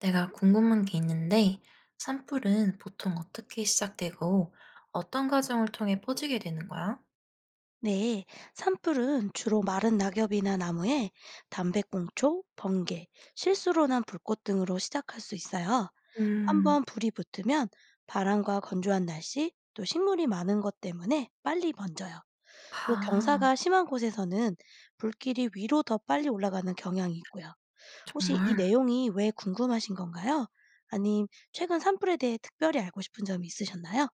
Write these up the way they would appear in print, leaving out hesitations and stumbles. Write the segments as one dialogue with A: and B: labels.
A: 내가 궁금한 게 있는데, 산불은 보통 어떻게 시작되고 어떤 과정을 통해 퍼지게 되는 거야?
B: 네, 산불은 주로 마른 낙엽이나 나무에 담배꽁초, 번개, 실수로 난 불꽃 등으로 시작할 수 있어요.
A: 음,
B: 한번 불이 붙으면 바람과 건조한 날씨, 또 식물이 많은 것 때문에 빨리 번져요. 또
A: 아,
B: 경사가 심한 곳에서는 불길이 위로 더 빨리 올라가는 경향이 있고요. 혹시 이
A: 정말.
B: 내용이 왜 궁금하신 건가요? 아님 최근 산불에 대해 특별히 알고 싶은 점이 있으셨나요?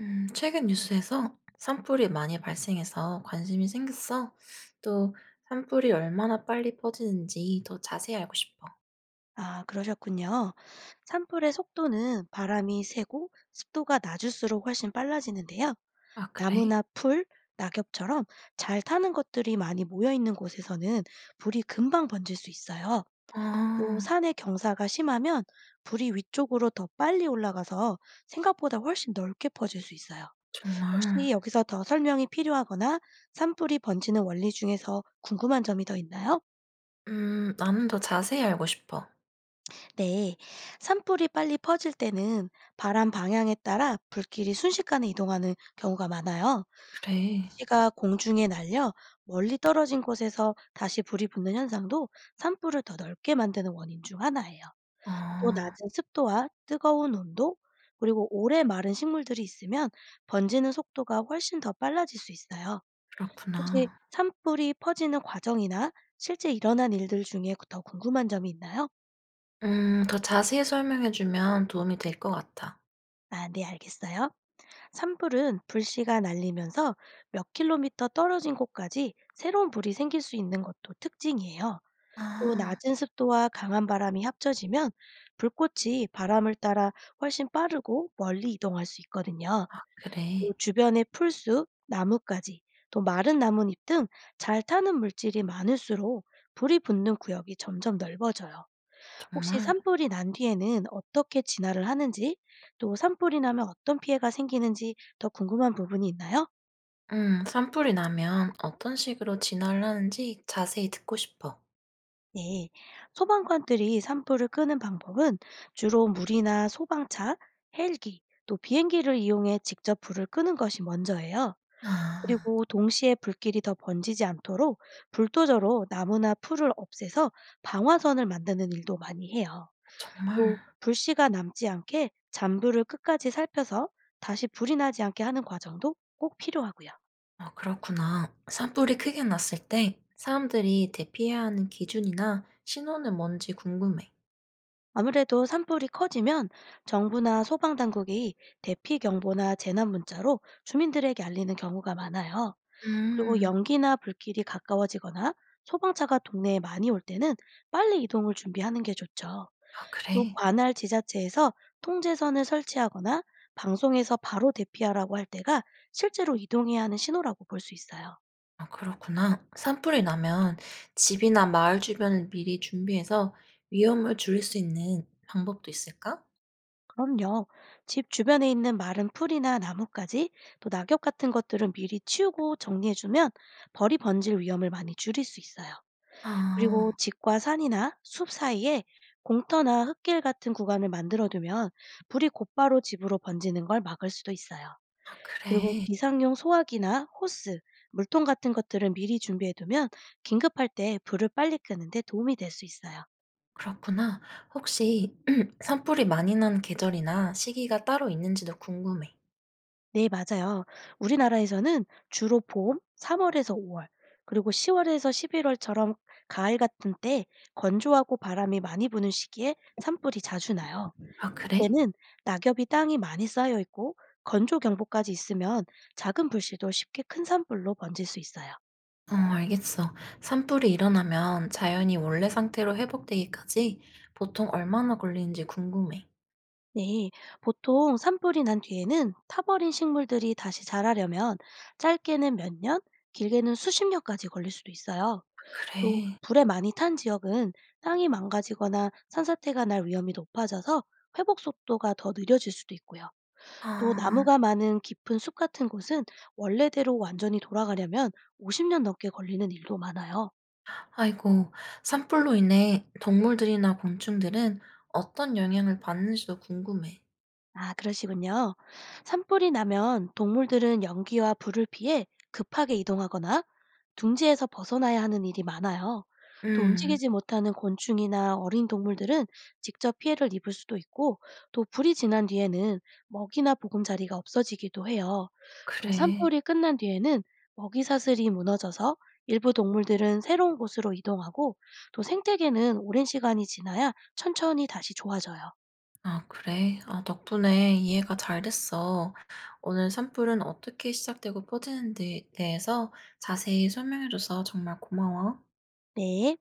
A: 최근 뉴스에서 산불이 많이 발생해서 관심이 생겼어. 또 산불이 얼마나 빨리 퍼지는지 더 자세히 알고 싶어.
B: 아, 그러셨군요. 산불의 속도는 바람이 세고 습도가 낮을수록 훨씬 빨라지는데요.
A: 아, 그래?
B: 나무나 풀, 낙엽처럼 잘 타는 것들이 많이 모여 있는 곳에서는 불이 금방 번질 수 있어요. 또
A: 아,
B: 산의 경사가 심하면 불이 위쪽으로 더 빨리 올라가서 생각보다 훨씬 넓게 퍼질 수 있어요.
A: 정말.
B: 혹시 여기서 더 설명이 필요하거나 산불이 번지는 원리 중에서 궁금한 점이 더 있나요?
A: 나는 더 자세히 알고 싶어.
B: 네, 산불이 빨리 퍼질 때는 바람 방향에 따라 불길이 순식간에 이동하는 경우가 많아요.
A: 그래.
B: 씨가 공중에 날려 멀리 떨어진 곳에서 다시 불이 붙는 현상도 산불을 더 넓게 만드는 원인 중 하나예요. 또
A: 아,
B: 낮은 습도와 뜨거운 온도, 그리고 오래 마른 식물들이 있으면 번지는 속도가 훨씬 더 빨라질 수 있어요. 혹시
A: 그렇구나.
B: 산불이 퍼지는 과정이나 실제 일어난 일들 중에 더 궁금한 점이 있나요?
A: 더 자세히 설명해 주면 도움이 될 것 같아.
B: 아, 네, 알겠어요. 산불은 불씨가 날리면서 몇 킬로미터 떨어진 곳까지 새로운 불이 생길 수 있는 것도 특징이에요. 또
A: 아.
B: 낮은 습도와 강한 바람이 합쳐지면 불꽃이 바람을 따라 훨씬 빠르고 멀리 이동할 수 있거든요.
A: 아 그래?
B: 또 주변의 풀숲, 나뭇가지, 또 마른 나뭇잎 등 잘 타는 물질이 많을수록 불이 붙는 구역이 점점 넓어져요. 혹시
A: 정말?
B: 산불이 난 뒤에는 어떻게 진화를 하는지, 또 산불이 나면 어떤 피해가 생기는지 더 궁금한 부분이 있나요?
A: 산불이 나면 어떤 식으로 진화를 하는지 자세히 듣고 싶어.
B: 네. 소방관들이 산불을 끄는 방법은 주로 물이나 소방차, 헬기, 또 비행기를 이용해 직접 불을 끄는 것이 먼저예요.
A: 아.
B: 그리고 동시에 불길이 더 번지지 않도록 불도저로 나무나 풀을 없애서 방화선을 만드는 일도 많이 해요. 또
A: 정말?
B: 불씨가 남지 않게 잔불을 끝까지 살펴서 다시 불이 나지 않게 하는 과정도 꼭 필요하고요.
A: 아 그렇구나. 산불이 크게 났을 때 사람들이 대피해야 하는 기준이나 신호는 뭔지 궁금해.
B: 아무래도 산불이 커지면 정부나 소방 당국이 대피 경보나 재난 문자로 주민들에게 알리는 경우가 많아요. 그리고
A: 음.
B: 연기나 불길이 가까워지거나 소방차가 동네에 많이 올 때는 빨리 이동을 준비하는 게 좋죠.
A: 아
B: 또
A: 그래?
B: 관할 지자체에서 통제선을 설치하거나 방송에서 바로 대피하라고 할 때가 실제로 이동해야 하는 신호라고 볼 수 있어요.
A: 아 그렇구나. 산불이 나면 집이나 마을 주변을 미리 준비해서 위험을 줄일 수 있는 방법도 있을까?
B: 그럼요. 집 주변에 있는 마른 풀이나 나뭇가지, 또 낙엽 같은 것들은 미리 치우고 정리해주면 벌이 번질 위험을 많이 줄일 수 있어요. 그리고
A: 아.
B: 집과 산이나 숲 사이에 공터나 흙길 같은 구간을 만들어두면 불이 곧바로 집으로 번지는 걸 막을 수도 있어요.
A: 아
B: 그리고
A: 그래.
B: 비상용 소화기나 호스, 물통 같은 것들은 미리 준비해두면 긴급할 때 불을 빨리 끄는 데 도움이 될 수 있어요.
A: 그렇구나. 혹시 산불이 많이 난 계절이나 시기가 따로 있는지도 궁금해.
B: 네, 맞아요. 우리나라에서는 주로 봄, 3월에서 5월, 그리고 10월에서 11월처럼 가을 같은 때 건조하고 바람이 많이 부는 시기에 산불이 자주 나요.
A: 아 그래?
B: 이때는 낙엽이 땅이 많이 쌓여 있고 건조 경보까지 있으면 작은 불씨도 쉽게 큰 산불로 번질 수 있어요.
A: 어 알겠어. 산불이 일어나면 자연이 원래 상태로 회복되기까지 보통 얼마나 걸리는지 궁금해.
B: 네, 보통 산불이 난 뒤에는 타버린 식물들이 다시 자라려면 짧게는 몇 년, 길게는 수십 년까지 걸릴 수도 있어요. 또
A: 그래.
B: 불에 많이 탄 지역은 땅이 망가지거나 산사태가 날 위험이 높아져서 회복 속도가 더 느려질 수도 있고요. 또
A: 아.
B: 나무가 많은 깊은 숲 같은 곳은 원래대로 완전히 돌아가려면 50년 넘게 걸리는 일도 많아요.
A: 아이고. 산불로 인해 동물들이나 곤충들은 어떤 영향을 받는지도 궁금해.
B: 아, 그러시군요. 산불이 나면 동물들은 연기와 불을 피해 급하게 이동하거나 둥지에서 벗어나야 하는 일이 많아요. 또
A: 음.
B: 움직이지 못하는 곤충이나 어린 동물들은 직접 피해를 입을 수도 있고, 또 불이 지난 뒤에는 먹이나 보금자리가 없어지기도 해요. 또
A: 그래.
B: 산불이 끝난 뒤에는 먹이 사슬이 무너져서 일부 동물들은 새로운 곳으로 이동하고, 또 생태계는 오랜 시간이 지나야 천천히 다시 좋아져요.
A: 아, 그래? 아, 덕분에 이해가 잘 됐어. 오늘 산불은 어떻게 시작되고 퍼지는지에 대해서 자세히 설명해줘서 정말 고마워.
B: 네.